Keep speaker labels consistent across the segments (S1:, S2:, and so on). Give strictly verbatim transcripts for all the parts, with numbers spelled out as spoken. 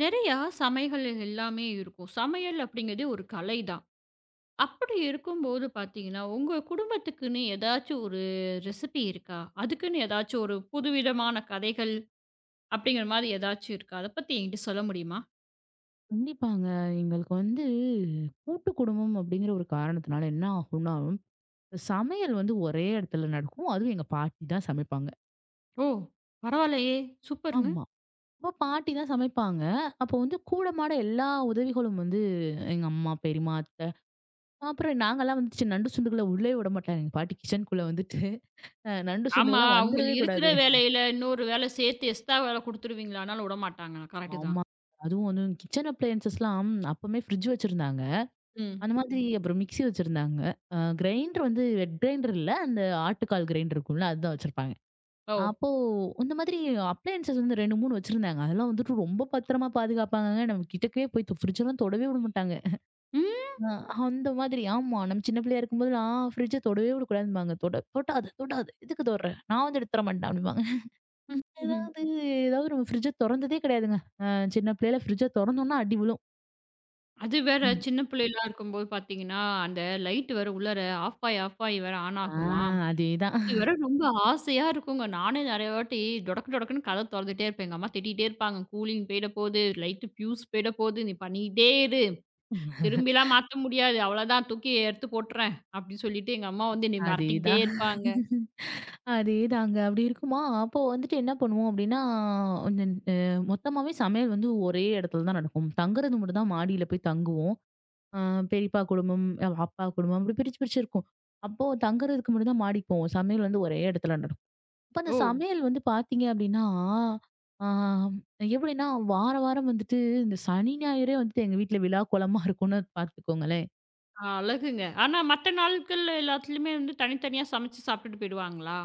S1: நிறையா சமையல் எல்லாமே இருக்கும். சமையல் அப்படிங்கிறதே ஒரு கலை தான். அப்படி இருக்கும்போது பார்த்தீங்கன்னா, உங்க குடும்பத்துக்குன்னு ஏதாச்சும் ஒரு ரெசிபி இருக்கா? அதுக்குன்னு ஏதாச்சும் ஒரு புதுவிதமான கதைகள் அப்படிங்கிற மாரி ஏதாச்சும் இருக்கா? அத பத்தி என்கிட்ட சொல்ல முடியுமா?
S2: கண்டிப்பாங்க. எங்களுக்கு வந்து கூட்டு குடும்பம் அப்படிங்கிற ஒரு காரணத்தினால என்ன ஆகும்னா, சமையல் வந்து ஒரே இடத்துல நடக்கும். அதுவும் எங்க பாட்டி தான் சமைப்பாங்க.
S1: ஓ! பரவாயில்லையே! சூப்பருங்க.
S2: ஆமா. அப்ப பாட்டி தான் சமைப்பாங்க. அப்போ வந்து கூடமாட எல்லா உதவிகளும் வந்து எங்க அம்மா, பெரியம்மா, அத்தை அப்புறம் நாங்கலாம் வந்து நண்டு சுண்டுகள உள்ளயே விட மாட்டாங்க. எங்க பாட்டி கிச்சனுக்குள்ள வந்துட்டு அ நண்டு
S1: ஆமா,
S2: சுண்டுகள்லாம்
S1: அவங்க
S2: வந்துரவே
S1: இருக்கிற
S2: கூடாது.
S1: வேலையில இன்னொரு வேலை சேர்த்து எக்ஸ்ட்ரா வேலை குடுத்துருவீங்களா? ஆனாலும் விடமாட்டாங்க. கரெக்ட்டு தான்.
S2: ஆமா. அதுவும் வந்து கிச்சன் அப்ளையன்ஸஸ்லாம் அப்பமே ஃப்ரிட்ஜ் வச்சிருந்தாங்க.
S1: ம்.
S2: அந்த மாதிரி அப்புறம் மிக்ஸி வச்சிருந்தாங்க. அ கிரைண்டர் வந்து வெட் கிரைண்டர் இல்ல. அந்த ஆட்டுக்கால் கிரைண்டர் இருக்கும்ல, அதுதான் வச்சிருப்பாங்க.
S1: ஓ!
S2: அப்போ இந்த மாதிரி அப்ளையன்ஸஸ் வந்து ரெண்டு, மூணு வச்சிருந்தாங்க. அதெல்லாம் வந்துட்டு ரொம்ப பத்திரமா பாதுகாப்பாங்கங்க. நம்ம கிட்டக்கவே போய் ஃப்ரிட்ஜெல்லாம் தொடவே விட மாட்டாங்க.
S1: ம்.
S2: அ அந்த மாதிரி ஆமா. நம்ம சின்ன பிள்ளையா இருக்கும்போதெல்லாம் ஃப்ரிட்ஜ தொடவே விடக்கூடாதும்பாங்க. தொட தொடாத தொடாத. எதுக்கு தொடுற? நான் வந்து எடுத்துற மாட்டேன் அப்படிம்பாங்க.
S1: ம்.
S2: ஏதாவது ஏதாவது நம்ம ஃப்ரிட்ஜ தொறந்ததே கிடையாதுங்க. அ சின்ன பிள்ளையில ஃப்ரிட்ஜ தொறந்தோம்னா அடி விழும்.
S1: அது வேற
S2: ம்.
S1: சின்ன பிள்ளைலாம் இருக்கும்போது பார்த்தீங்கன்னா, அந்த லைட் வேற உள்ளார ஆஃப் ஆயி, ஆஃப் ஆயி வேற ஆன்
S2: ஆ
S1: ஆகுமா?
S2: அதேதான்.
S1: இது வர ரொம்ப ஆசையா இருக்குங்க. நானே நெறைய வாட்டி டொடக்கு டொடக்குன்னு கதவ தொறந்துட்டே இருப்பேன். எங்க அம்மா திட்டிட்டே இருப்பாங்க. கூலிங் போயிட போது, லைட்டு ஃபியூஸ் போயிட போது, நீ பண்ணிக்கிட்டே இரு. திரும்பிலாம் மாத்த முடியாது. அவ்வளோதான் தூக்கி எடுத்து போட்டுறேன். அப்படின்னு சொல்லிட்டு எங்க அம்மா வந்து என்னைய மிரட்டிக்கிட்டே
S2: அதேதான்.
S1: இருப்பாங்க.
S2: அதேதாங்க. அப்படி இருக்குமா, அப்போ வந்துட்டு என்ன பண்ணுவோம் அப்படின்னா, இந்த அ மொத்தமாவே சமையல் வந்து ஒரே இடத்துல தான் நடக்கும். தங்குறது மட்டும் தான் மாடியில போய் தங்குவோம். அ பெரியப்பா குடும்பம், அ அப்பா குடும்பம் அப்படி பிரிச்சு பிரிச்சு இருக்கும். அப்போ தங்குறதுக்கு மட்டும் தான் மாடிக்கு போவோம். சமையல் வந்து ஒரே இடத்துல நடக்கும். அப்ப அந்த
S1: ஓ!
S2: சமையல் வந்து பார்த்தீங்க அப்படின்னா, ஆ எப்படின்னா வார வாரம் வந்துட்டு இந்த சனி ஞாயிறே வந்துட்டு எங்க வீட்ல விழா கோலமா இருக்கும்னு பார்த்துக்கோங்களேன்.
S1: அழகுங்க. ஆனா மத்த நாட்கள்ல எல்லாத்துலயுமே வந்து தனித்தனியா சமைச்சு சாப்பிட்டுட்டு போயிடுவாங்களா?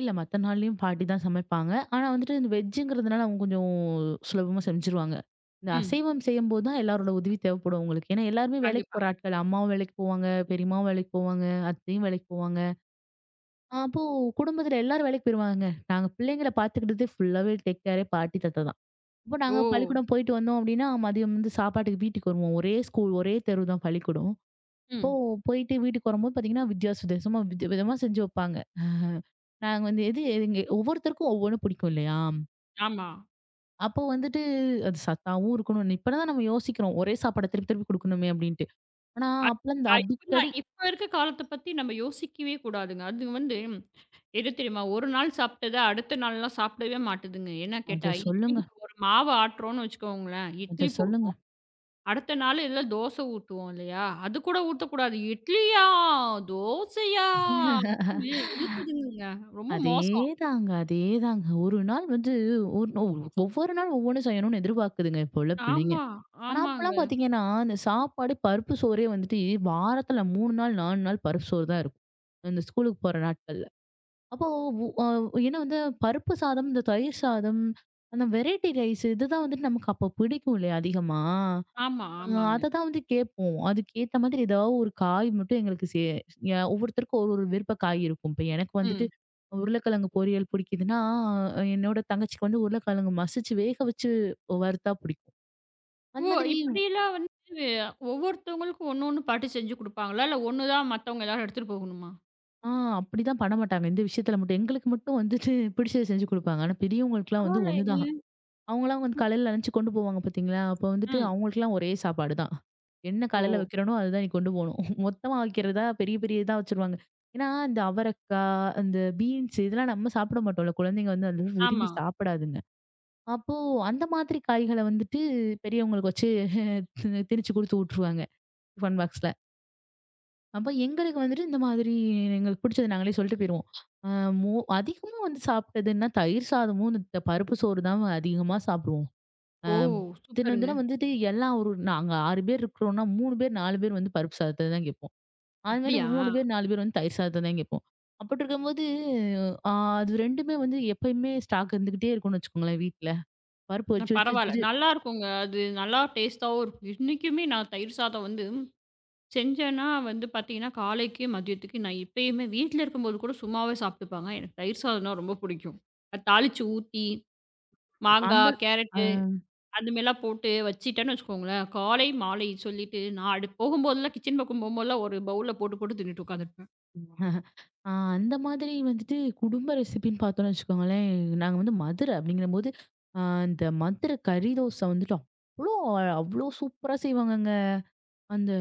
S2: இல்ல மத்த நாள்லயும் பாட்டி தான் சமைப்பாங்க. ஆனா வந்துட்டு இந்த வெஜ்ஜுங்கிறதுனால அவங்க கொஞ்சம் சுலபமா செஞ்சுருவாங்க. இந்த
S1: ம்.
S2: அசைவம் செய்யும்போது தான் எல்லாரோட உதவி தேவைப்படும் அவங்களுக்கு. ஏன்னா எல்லாருமே வேலைக்கு
S1: கண்டிப்பா.
S2: போற ஆட்கள். அம்மாவும் வேலைக்கு போவாங்க, பெரியம்மாவும் வேலைக்கு போவாங்க, அத்தையும் வேலைக்கு போவாங்க. அப்போ குடும்பத்துல எல்லாரும் வேலைக்கு போயிருவாங்க. நாங்க பிள்ளைங்கள பார்த்துக்கிட்டது ஃபுல்லாவே டேக் கேரே பாட்டி, தாத்தா தான். இப்போ
S1: ஓ!
S2: நாங்க பள்ளிக்கூடம் போயிட்டு வந்தோம் அப்படின்னா, மதியம் வந்து சாப்பாட்டுக்கு வீட்டுக்கு வருவோம். ஒரே ஸ்கூல், ஒரே தெரு தான் பள்ளிக்கூடம். அப்போ
S1: ம்.
S2: போயிட்டு வீட்டுக்கு வரும்போது பார்த்தீங்கன்னா, வித்தியாச வித்தியாசமா வித விதமா செஞ்சு வைப்பாங்க. நாங்க வந்து எது எங்க ஒவ்வொருத்தருக்கும் ஒவ்வொன்னு பிடிக்கும் இல்லையா?
S1: ஆமா.
S2: அப்போ வந்துட்டு அது சத்தாவும் இருக்கணும். இப்பதான் நம்ம யோசிக்கிறோம். ஒரே சாப்பாட திருப்பி திருப்பி குடுக்கணுமே அப்டின்ட்டு. ஆனா
S1: அது
S2: அப்பலாம் இந்த
S1: அ- இப்ப
S2: அடிக்கடி
S1: இப்ப இருக்க காலத்த பத்தி நம்ம யோசிக்கவே கூடாதுங்க. அது வந்து எது தெரியுமா? ஒரு நாள் சாப்பிட்டத அடுத்த நாள்லாம் சாப்பிடவே மாட்டுதுங்க. என்ன கேட்டா,
S2: அத
S1: இட்லி
S2: சொல்லுங்க,
S1: ஒரு மாவு ஆட்டுறோம்னு வச்சுக்கோங்களேன், இட்லி
S2: அத
S1: போடு
S2: சொல்லுங்க.
S1: அடுத்த நாள் இதுல தோசை ஊத்துவோம் இல்லையா? அது கூட ஊத்தக்கூடாது. இட்லியா? தோசையா? அப்படின்னு இழுக்குதுங்கங்க. ரொம்ப மோசம்.
S2: அதேதாங்க, அதேதாங்க. ஒரு நாள் வந்து ஒரு நோ- ஒவ்வொரு நாள் ஒவ்வொன்னு செய்யணும்னு எதிர்பார்க்குதுங்க இப்போ உள்ள பிள்ளைங்க.
S1: ஆமா,
S2: ஆனா
S1: ஆமாங்க.
S2: அப்பலாம் பார்த்தீங்கன்னா, இந்த சாப்பாடு பருப்பு சோறே வந்துட்டு வாரத்துல மூணு நாள் நாலு நாள் பருப்பு சோறு தான் இருக்கும். இந்த ஸ்கூலுக்கு போற நாட்கள். அப்போ உ அ ஏன்னா வந்து பருப்பு சாதம், இந்த தயிர் சாதம், அந்த வெரைட்டி ரைஸ் இதுதான் வந்துட்டு நமக்கு அப்ப பிடிக்கும் இல்லையா அதிகமா.
S1: ஆமா,
S2: அ
S1: ஆமாங்க.
S2: அததான் வந்து கேட்போம். அதுக்கேத்த மாதிரி ஏதாவது ஒரு காய் மட்டும் எங்களுக்கு சே எ ஒவ்வொருத்தருக்கும் ஒரு ஒரு விருப்ப காய் இருக்கும். இப்ப எனக்கு வந்துட்டு
S1: ம்.
S2: உருளைக்கிழங்கு பொரியல் பிடிக்குதுன்னா, அஹ் என்னோட தங்கச்சிக்கு வந்து உருளைக்கிழங்கு மசிச்சு வேக வச்சு வறுத்தா பிடிக்கும். அந்த
S1: ஓ!
S2: மாதிரி
S1: இப்படிலாம் வந்து ஒவ்வொருத்தவங்களுக்கும் ஒண்ணு ஒண்ணு பாத்து செஞ்சு குடுப்பாங்களா? இல்ல ஒண்ணு தான் மத்தவங்க எல்லாரும் எடுத்துட்டு போகணுமா?
S2: ஆ அப்படிதான் பண்ண மாட்டாங்க. இந்த விஷயத்துல மட்டும் எங்களுக்கு மட்டும் வந்துட்டு பிடிச்சத செஞ்சு குடுப்பாங்க. ஆனா பெரியவங்களுக்குலாம் வந்து ஒண்ணுதான்.
S1: பரவாயில்லையேங்க.
S2: அவங்கலாம் வந்து
S1: ம்.
S2: காலையில லஞ்ச் கொண்டு போவாங்க பார்த்தீங்களா? அப்ப வந்துட்டு
S1: ம்.
S2: அவங்களுக்கெல்லாம் ஒரே சாப்பாடு தான். என்ன
S1: ஓ!
S2: காலையில வைக்கிறேனோ அதுதான் நீ கொண்டு போணும். மொத்தமா வைக்கிறதா பெரிய பெரிய இதா வச்சுருவாங்க. ஏன்னா, இந்த அவரக்காய், அந்த பீன்ஸ் இதெல்லாம் நம்ம சாப்பிட மாட்டோம்ல. குழந்தைங்க வந்து அந்த அளவுக்கு விரும்பி
S1: ஆமா.
S2: சாப்பிடாதுங்க. அப்போ அந்த மாதிரி காய்கள வந்துட்டு பெரியவங்களுக்கு வச்சு தி- திணிச்சு குடுத்து விட்டுருவாங்க டிஃபன் பாக்ஸ்ல. அப்ப எங்களுக்கு வந்துட்டு இந்த மாதிரி எங்களுக்கு பிடிச்சது நாங்களே சொல்லிட்டு போயிருவோம். அ மோ அதிகமா வந்து சாப்பிட்டதுன்னா தயிர் சாதமும், இந்த பருப்பு சோறு தான் அதிகமா சாப்பிடுவோம். அ
S1: ஓ!
S2: தினம்
S1: சூப்பருங்க.
S2: தினம் வந்துட்டு எல்லாம் ஒரு நாங்க ஆறு பேர் இருக்கிறோம்னா மூணு பேர் நாலு பேர் வந்து பருப்பு சாதத்த தான் கேட்போம். அது மாரி
S1: அப்படியா?
S2: மூணு பேர் நாலு பேர் வந்து தயிர் சாதத்த தான் கேட்போம். அப்படி இருக்கும்போது அ அது 2மே வந்து எப்பயுமே ஸ்டாக் இருந்துகிட்டே இருக்கும்னு வச்சுக்கோங்களேன் வீட்ல. பருப்பு
S1: ந
S2: வச்சு வச்சு வச்சு
S1: பரவால்ல.
S2: வச்சு
S1: நல்லாருக்குங்க. அது நல்லா டேஸ்ட்டாவும் இருக்கும். இன்னைக்குமே நான் தயிர் சாதம் வந்து செஞ்சேன்னா வந்து பார்த்தீங்கன்னா, காலைக்கு, மதியத்துக்கு நான் இப்பயுமே வீட்ல இருக்கும்போது கூட சும்மாவே சாப்ட்டுப்பாங்க. எனக்கு தயிர் சாதம்னா ரொம்ப புடிக்கும். அது தாளிச்சு ஊத்தி,
S2: அந்த
S1: மாங்காய்,
S2: அ
S1: கேரட்டு அது மாரிலாம் போட்டு வச்சுட்டேன்னு வச்சுக்கோங்களேன், காலை, மாலை சொல்லிட்டு நான் அடு போகும்போதெல்லாம் கிச்சன் பக்கம் போகும்போதெல்லாம் ஒரு பவுல்ல போட்டு, போட்டு தின்னுட்டு உட்காந்துருப்பேன்.
S2: அ அந்த மாதிரி வந்துட்டு குடும்ப ரெசிபின்னு பார்த்தோம்னு வச்சுக்கோங்களேன், நாங்க வந்து மதுரை அப்படிங்கிறபோது அ இந்த மதுரை கறி தோசை வந்துட்டு அவ்ளோ அவ்ளோ சூப்பரா செய்வாங்கங்க. அந்த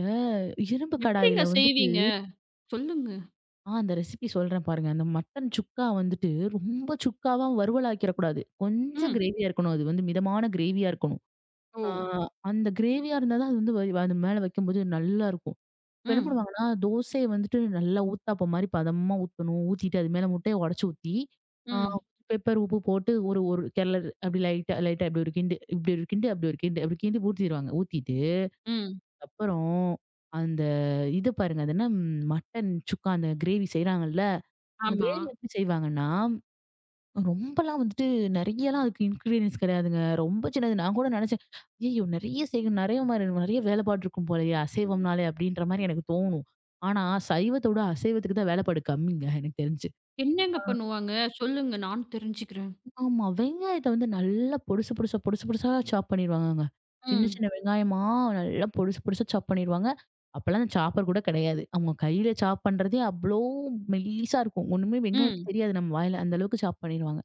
S2: இரும்பு
S1: எப்படிங்க
S2: கடாயில வந்து
S1: செய்வீங்க? சொல்லுங்க.
S2: ஆ அந்த ரெசிபி சொல்றேன் பாருங்க. அந்த மட்டன் சுக்கா வந்துட்டு ரொம்ப சுக்காவா வறுவலாக்கிற கூடாது. கொஞ்சம்
S1: ம்.
S2: கிரேவியா இருக்கணும். அது வந்து மிதமான கிரேவியா இருக்கணும்.
S1: ஓ!
S2: ஆ அந்த கிரேவியா இருந்தா தான் அது வந்து வ அது மேல வைக்கும்போது நல்லாருக்கும். இப்ப என்ன
S1: ம்.
S2: பண்ணுவாங்கன்னா, தோசைய வந்துட்டு நல்லா ஊத்தாப்பம் மாரி பதமா ஊத்தணும். ஊத்திட்டு அது மேல முட்டைய உடைச்சு ஊத்தி, ஆ
S1: ம்.
S2: பெப்பர், உப்பு போட்டு ஒரு ஒரு கெரளர் அப்படி லைட்டா லைட்டா இப்படி ஒரு கிண்டு, இப்படி ஒரு கிண்டு, அப்படி ஒரு கிண்டு, அப்படி கிண்டி ஊத்திருவாங்க. ஊத்திட்டு
S1: ம்.
S2: அப்புறம் அந்த இது பாருங்க. அது என்ன ம், மட்டன் சுக்கா அந்த கிரேவி செய்றாங்கல்ல. அந்த
S1: ஆமா.
S2: கிரேவி எப்படி செய்வாங்கன்னா, ரொம்பலாம் வந்துட்டு நெறையலாம் அதுக்கு இன்கிரீடியன்ஸ் கிடையாதுங்க. ரொம்ப சின்னது. நான் கூட நெனச்சேன், "ஐய்யய்யோ! நெறைய செய்யணும். நெறைய மாரி நெறைய வேலைப்பாடு இருக்கும் போலயே அசைவம்னாலே" அப்படின்ற மாரி எனக்கு தோணும். ஆனா, சைவத்தோட அசைவத்துக்கு தான் வேலைப்பாடு கம்மிங்க எனக்கு தெரிஞ்சு.
S1: என்னங்க பண்ணுவாங்க? சொல்லுங்க. நானும் தெரிஞ்சுக்கிறேன்.
S2: ஆமா. வெங்காயத்த வந்து நல்லா பொடுசு பொடுசா பொடுசு பொடுசா சாப் பண்ணிருவாங்கங்க. சின்ன
S1: ம்.
S2: சின்ன வெங்காயமா நல்லா பொடுசு பொடுசா சாப் பண்ணிருவாங்க. அப்பலாம் சாப்பர் கூட கிடையாது. அவங்க கையில சாப் பண்றதே அவ்ளோ மெல்லிசா இருக்கும். ஒண்ணுமே வெங்காயமே
S1: ம்.
S2: தெரியாது நம்ம வாயில. அந்த அளவுக்கு சாப் பண்ணிருவாங்க.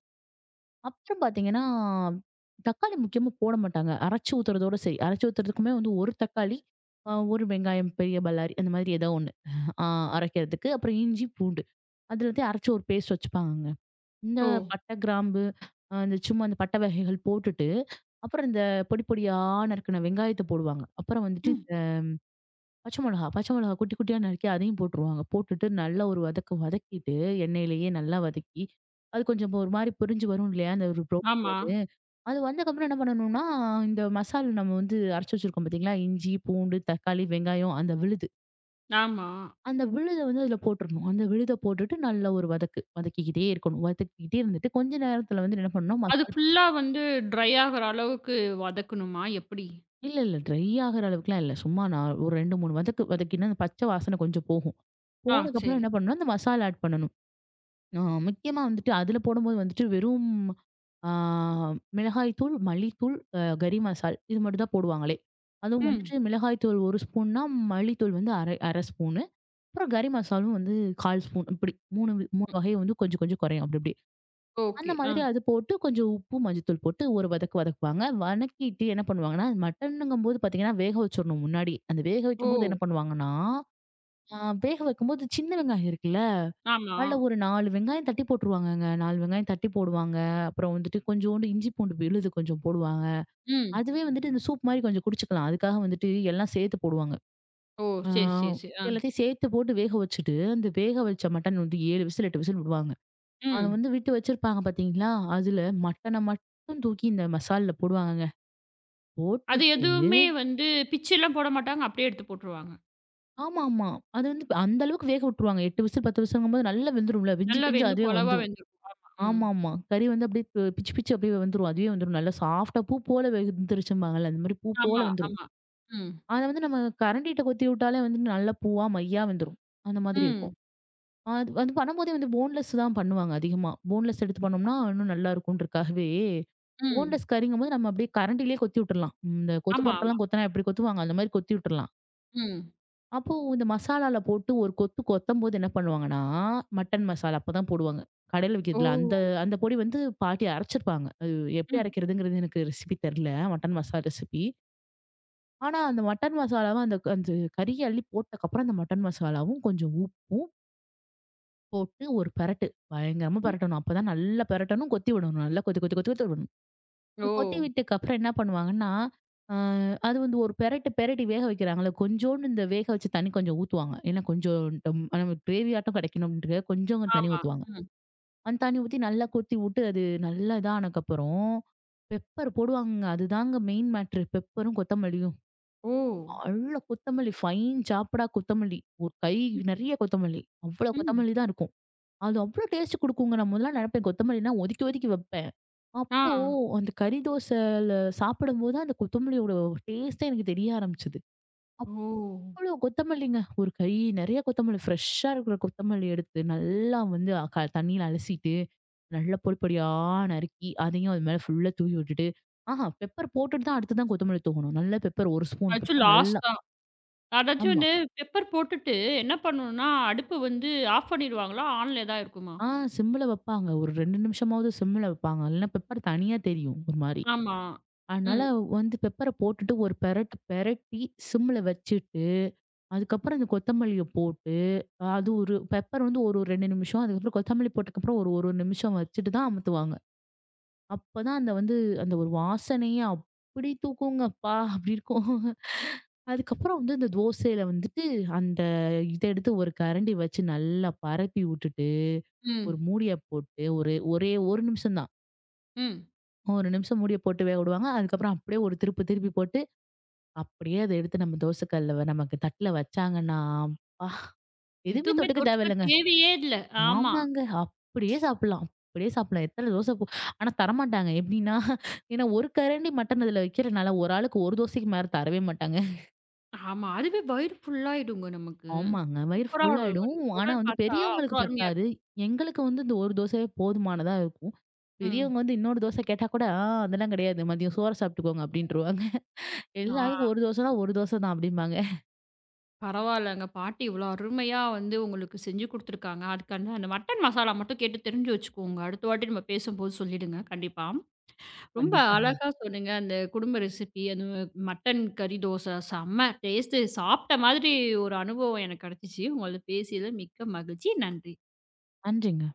S2: அப்புறம் பாத்தீங்கன்னா, தக்காளி முக்கியமா போட மாட்டாங்க. அரைச்சு ஊத்துறதோட சரி. அரைச்சு ஊத்துறதுக்குமே வந்து ஒரு தக்காளி, அ ஒரு வெங்காயம் பெரிய பல்லாரி அந்த மாதிரி ஏதோ ஒண்ணு. அ அரைக்கிறதுக்கு. அப்புறம் இஞ்சி, பூண்டு. அதுலத்தையும் அரைச்சு ஒரு பேஸ்ட் வச்சுப்பாங்கங்க. இந்த
S1: ஓ!
S2: பட்டை, கிராம்பு, அ இந்த சும்மா அந்த பட்டை வகைகள் போட்டுட்டு, அப்புறம் இந்த பொடி பொடியா நறுக்குன வெங்காயத்த போடுவாங்க. அப்புறம் வந்துட்டு
S1: ம்.
S2: பச்சை மிளகா, பச்சை மிளகா குட்டி குட்டியா நறுக்கி அதையும் போட்டுருவாங்க. போட்டுட்டு நல்லா ஒரு வதக்கு வதக்கிட்டு, எண்ணெயிலேயே நல்லா வதக்கி, அது கொஞ்சம் இப்ப ஒரு மாரி பொரிஞ்சு வரும் இல்லையா? அந்த ஒரு ப்ரௌன்
S1: ஆமா,
S2: கலரு. அது வந்தக்கப்புறம் என்ன பண்ணணும்னா, இந்த மசால் நம்ம வந்து அரைச்சு வச்சிருக்கோம் பார்த்தீங்களா? இஞ்சி, பூண்டு, தக்காளி, வெங்காயம், அந்த விழுது.
S1: ஆமா.
S2: அந்த விழுத வந்து அதில போட்டுறணும். அந்த விழுத போட்டுட்டு நல்ல ஒரு வதக்கு. வதக்கிக்கிட்டே இருக்கணும். வதக்கிக்கிட்டே இருந்துட்டு, கொஞ்ச நேரத்தில வந்து என்ன பண்ணணும்
S1: அது
S2: மசால்
S1: ஃபுல்லா வந்து ட்ரை ஆகுற அளவுக்கு வதக்கணுமா? எப்படி?
S2: இல்ல, இல்ல. ட்ரை ஆகுற அளவுக்குலாம் இல்ல. சும்மா நான் ஒரு ரெண்டு, மூணு வதக்கு வதக்கினா, அந்த பச்சை வாசனை கொஞ்சம் போகும்.
S1: ஆ
S2: போனதுக்கப்புறம்
S1: சரி.
S2: என்ன பண்ணணும்னா, அந்த மசாலா ஆட் பண்ணணும். ஆ முக்கியமா வந்துட்டு அதுல போடும்போது வந்துட்டு வெறும் ஆ மிளகாய் தூள், மல்லித்தூள், அ கறி மசால் இது மட்டும் தான் போடுவாங்களே. அதுவும்
S1: ம்.
S2: வந்துட்டு மிளகாய் தூள் ஒரு ஸ்பூன்னா, மல்லித்தூள் வந்து அரை, 1/2 ஸ்பூனு. அப்புறம் கறி மசாலும் வந்து கால் ஸ்பூன் இப்படி மூணு வி மூணு
S1: ம்.
S2: வகை வந்து கொஞ்சம் கொஞ்சம் குறையும் அப்படி அப்படி. அந்த
S1: ஓகே. ஆ.
S2: மாதிரி அது போட்டு கொஞ்சம் உப்பு, மஞ்சத்தூள் போட்டு ஒரு வதக்கு வதக்குவாங்க. வதக்கிட்டு என்ன பண்ணுவாங்கன்னா, மட்டனுங்கும்போது பார்த்தீங்கன்னா, வேக வச்சுரணும் முன்னாடி. அந்த வேக
S1: ஓ!
S2: வைக்கும்போது என்ன பண்ணுவாங்கன்னா, ஆ வேக வைக்கும்போது சின்ன வெங்காயம் இருக்குல்ல
S1: ஆமா.
S2: அதுல ஒரு நாலு வெங்காயம் தட்டி போட்டுருவாங்கங்க. நாலு வெங்காயம் தட்டி போடுவாங்க. அப்புறம் வந்துட்டு கொஞ்சோண்டு இஞ்சி பூண்டு விழுது கொஞ்சம் போடுவாங்க.
S1: ம்.
S2: அதுவே வந்துட்டு இந்த சூப் மாரி கொஞ்சம் குடிச்சுக்கலாம். அதுக்காக வந்துட்டு எல்லாம் சேர்த்து போடுவாங்க.
S1: ஓ!
S2: ஆ
S1: சரி, சரி, சரி. ஆ.
S2: எல்லாத்தையும் சேர்த்து போட்டு வேக வச்சுட்டு, அந்த வேக வச்ச மட்டன் வந்து ஏழு விசில், எட்டு விசில் விடுவாங்க. அத
S1: ம்.
S2: வந்து விட்டு வச்சிருப்பாங்க பார்த்தீங்களா, அதுல மட்டன மட்டும் தூக்கி இந்த மசால்ல போடுவாங்கங்க.
S1: அது
S2: போட்டுட்டு
S1: எதுவுமே வந்து பிச்சுலாம் போட மாட்டாங்க. அப்படியே எடுத்து போட்டுருவாங்க.
S2: ஆமாமா. அது வந்து அந்த அளவுக்கு வேக விட்டுருவாங்க. எட்டு விசில், பத்து விசில்ங்கும்போது நல்லா வெந்துரும்ல. வெந்து
S1: நல்லா
S2: வெந்து
S1: வெந்து
S2: அதுவே
S1: கொலவா
S2: வந்துரும்.
S1: வெந்திருக்கும். ஆமா. ம்.
S2: ஆமாமா. கறி வந்து அப்படியே ப பிச்சு பிச்சு அப்படியே வெந்துரும். அதுவே வந்துரும். நல்லா சாஃப்ட்டா பூ போல வெந்துருச்சும்பாங்கல்ல. அந்த மாதிரி பூ போல
S1: ஆமா,
S2: வெந்துரும்.
S1: ஆமா. ம்.
S2: அத வந்து நம்ம கரண்டிட்ட கொத்தி விட்டாலே வந்து நல்ல பூவா, மையா வெந்துரும். அந்த மாதிரி இருக்கும்.
S1: ம்.
S2: அது அது பண்ணும்போதே வந்து போன்லெஸ் தான் பண்ணுவாங்க அதிகமா. போன்லெஸ் எடுத்து பண்ணோம்னா இன்னும் நல்லா இருக்கும்ன்றக்காகவே,
S1: ம்.
S2: போன்லெஸ் கறிங்கும்போது நம்ம அப்படியே கரண்டிலேயே கொத்தி விட்டுறலாம். இந்த கொத்து
S1: ஆமா, ஆமா.
S2: பரோட்டாலாம் கொத்துனா எப்படி கொத்துவாங்க? அந்த மாதிரி கொத்தி விட்டுறலாம்.
S1: ம்.
S2: அப்போ இந்த மசாலால போட்டு ஒரு கொத்து கொத்தம்போது என்ன பண்ணுவாங்கன்னா, மட்டன் மசாலா அப்பதான் போடுவாங்க. கடையில
S1: ஓ!
S2: விக்கிறதுல அந்த அந்த பொடி வந்து பாட்டி அரைச்சிருப்பாங்க. அது எப்படி
S1: ம்.
S2: அரைக்கிறதுங்கிறது எனக்கு ரெசிபி தெர்ல. Mutton masala recipe. ஆனா அந்த மட்டன் மசாலாவ அந்த அந்த கறிய அள்ளி போட்டக்கப்புறம் அந்த மட்டன் மசாலாவும் கொஞ்சம் உப்பும் போட்டு ஒரு பெரட்டு. பயங்கரமா
S1: ம்.
S2: பெரட்டணும். அப்பதான் நல்லா பெரட்டணும். கொத்தி விடணும். நல்லா கொதி கொதி கொதி கொத்தி விடணும். இந்த
S1: ஓ!
S2: கொட்டி விட்டதுக்கு அப்புறம் என்ன பண்ணுவாங்கன்னா, அ அது வந்து ஒரு பெரட்டு, பெரட்டி வேக வைக்கிறாங்கல்ல, கொஞ்சோண்டு இந்த வேக வச்ச தண்ணி கொஞ்சம் ஊத்துவாங்க. ஏன்னா கொஞ்சம் டம் நமக்கு கிரேவியாட்டம் கிடைக்கணும் அப்படின்றதுக்காக கொஞ்சம் தண்ணி
S1: ஆமா.
S2: ஊத்துவாங்க.
S1: ம்.
S2: அந்த தண்ணி ஊத்தி நல்லா கொத்தி விட்டு, அது நல்லா இதானக்கப்புறம், பெப்பர் போடுவாங்கங்க. அதுதாங்க மெயின் மேட்ரு. பெப்பரும் கொத்தமல்லியும்.
S1: ஓ!
S2: நல்ல கொத்தமல்லி, ஃபைன் சாப்டா கொத்தமல்லி. ஒரு கை
S1: ம்.
S2: நெறைய கொத்தமல்லி. அவ்வளோ
S1: ம்.
S2: கொத்தமல்லி தான் இருக்கும். அது அவ்வளோ டேஸ்ட் குடுக்குங்க. நான் முதல்லாம் நெனப்பேன் கொத்தமல்லினா ஒதுக்கி, ஒதுக்கி வைப்பேன்.
S1: ஆ.
S2: அப்போ அந்த கறி தோசைல சாப்பிடும்போது அந்த கொத்தமல்லியோட டேஸ்ட்டே எனக்கு தெரிய ஆரம்பிச்சது.
S1: ஓ!
S2: அவ்வளோ கொத்தமல்லிங்க. ஒரு கை நெறைய கொத்தமல்லி ஃப்ரெஷ்ஷா இருக்கிற கொத்தமல்லி எடுத்து நல்லா வந்து க தண்ணீல அலசிட்டு, நல்லா பொடி பொடியா நறுக்கி, அதையும் அது மேல ஃபுல்லா தூவி விட்டுட்டு, ஆஹா பெப்பர் போட்டுட்டு தான் அடுத்து தான் கொத்தமல்லி தூவணும். நல்ல பெப்பர் ஒரு ஸ்பூன்
S1: ஆச்சும்
S2: பெப்பர்
S1: லாஸ்
S2: நல்லா
S1: தான். அதாச்சும்
S2: ஆமா.
S1: வந்து பெப்பர் போட்டுட்டு என்ன பண்ணணும்னா, அடுப்பு வந்து ஆஃப் பண்ணிடுவாங்களா? ஆன்ல தான் இருக்குமா?
S2: ஆ சிம்ல வப்பாங்க. ஒரு ரெண்டு நிமிஷமாவது சிம்ல வப்பாங்க. இல்லைன்னா பெப்பர் தனியா தெரியும் ஒரு மாரி.
S1: ஆமா.
S2: அதனால
S1: ம்,
S2: வந்து பெப்பர போட்டுட்டு ஒரு பெரட்டு பெரட்டி சிம்ல வச்சு அதுக்கப்புறம் அந்த கொத்தமல்லிய போட்டு, அது ஒரு பெப்பர் வந்து ஒரு ஒரு ரெண்டு நிமிஷம், அதுக்கப்புறம் கொத்தமல்லி போட்டதுக்கப்புறம் ஒரு ஒரு நிமிஷம் வச்சுட்டு தான் அமத்துவாங்க. அப்பதான் அந்த வந்து அந்த ஒரு வாசனையே அப்படி தூக்குங்க அப்பா! அப்படி இருக்கும். அதுக்கப்புறம் வந்து அந்த தோசையில வந்துட்டு அந்த இத எடுத்து ஒரு கரண்டி வச்சு நல்லா பரப்பி விட்டுட்டு, ஒரு
S1: ம்,
S2: மூடிய போட்டு ஒரு ஒரே ஒரு நிமிஷம் தான்.
S1: ம்.
S2: ஒரு நிமிஷம் மூடிய போட்டு வேக விடுவாங்க. அதுக்கப்புறம் அப்படியே ஒரு திருப்பு திருப்பி போட்டு, அப்படியே அத எடுத்து நம்ம தோசை கல்ல நமக்கு தட்டுல வச்சாங்கன்னா, அப்பா! எதுவுமே
S1: எதுவுமே
S2: தொட்டுக்க
S1: தொட்டுக்க
S2: தேவையில்லங்க.
S1: தேவையே இல்ல. ஆமா,
S2: ஆமாங்க. அப்படியே சாப்பிடலாம். அப்படியே சாப்பிடலாம். எத்தன தோசை போ ஆனா தரமாட்டாங்க. எப்படின்னா, ஏன்னா ஒரு கரண்டி மட்டன் அதுல வைக்கிறனால, ஒரு ஆளுக்கு ஒரு தோசைக்கு மேல தரவே மாட்டாங்க.
S1: ஆமா. அதுவே வயிறு ஃபுல்லாயிடுங்க நமக்கு.
S2: ஆமாங்க. வயிறு
S1: சூப்பரா
S2: ஃபுல்
S1: ஒரு நீங்க
S2: ஆயிடும். ஆனா
S1: சொல்றது
S2: வந்து
S1: பார்த்தா
S2: பெரியவங்களுக்கு
S1: அவ்வளோ அருமையா
S2: பத்தாது.
S1: இருக்கும்.
S2: எங்களுக்கு வந்து இந்த ஒரு தோசையே போதுமானதா இருக்கும்.
S1: ம்.
S2: பெரியவங்க வந்து இன்னொரு தோசை கேட்டா கூட, "ஆ அதெல்லாம் கிடையாது. மதியம் சோற சாப்பிட்டுக்கோங்க" அப்படின்ருவாங்க.
S1: ஆ
S2: எல்லாருக்கும் ஒரு தோசைனா, ஒரு தோசை தான் அப்படிம்பாங்க.
S1: பரவாயில்லங்க. பாட்டி இவ்வளோ அருமையா வந்து உங்களுக்கு செஞ்சு குடுத்துருக்காங்க. அதுக்கான அந்த மட்டன் மசாலா மட்டும் கேட்டு தெரிஞ்சு வச்சுக்கோங்க. அடுத்த வாட்டி நம்ம பேசும்போது சொல்லிடுங்க. கண்டிப்பா. ரொம்ப
S2: கண்டிப்பா.
S1: அழகா சொன்னீங்க. அந்த குடும்ப ரெசிபி, அது மட்டன் கறி தோசை செம்ம டேஸ்ட்டு. சாப்பிட்ட மாதிரி ஒரு அனுபவம் எனக்கு கிடைச்சுச்சு. உங்களோட பேசியதில மிக்க மகிழ்ச்சி. நன்றி.
S2: நன்றிங்க.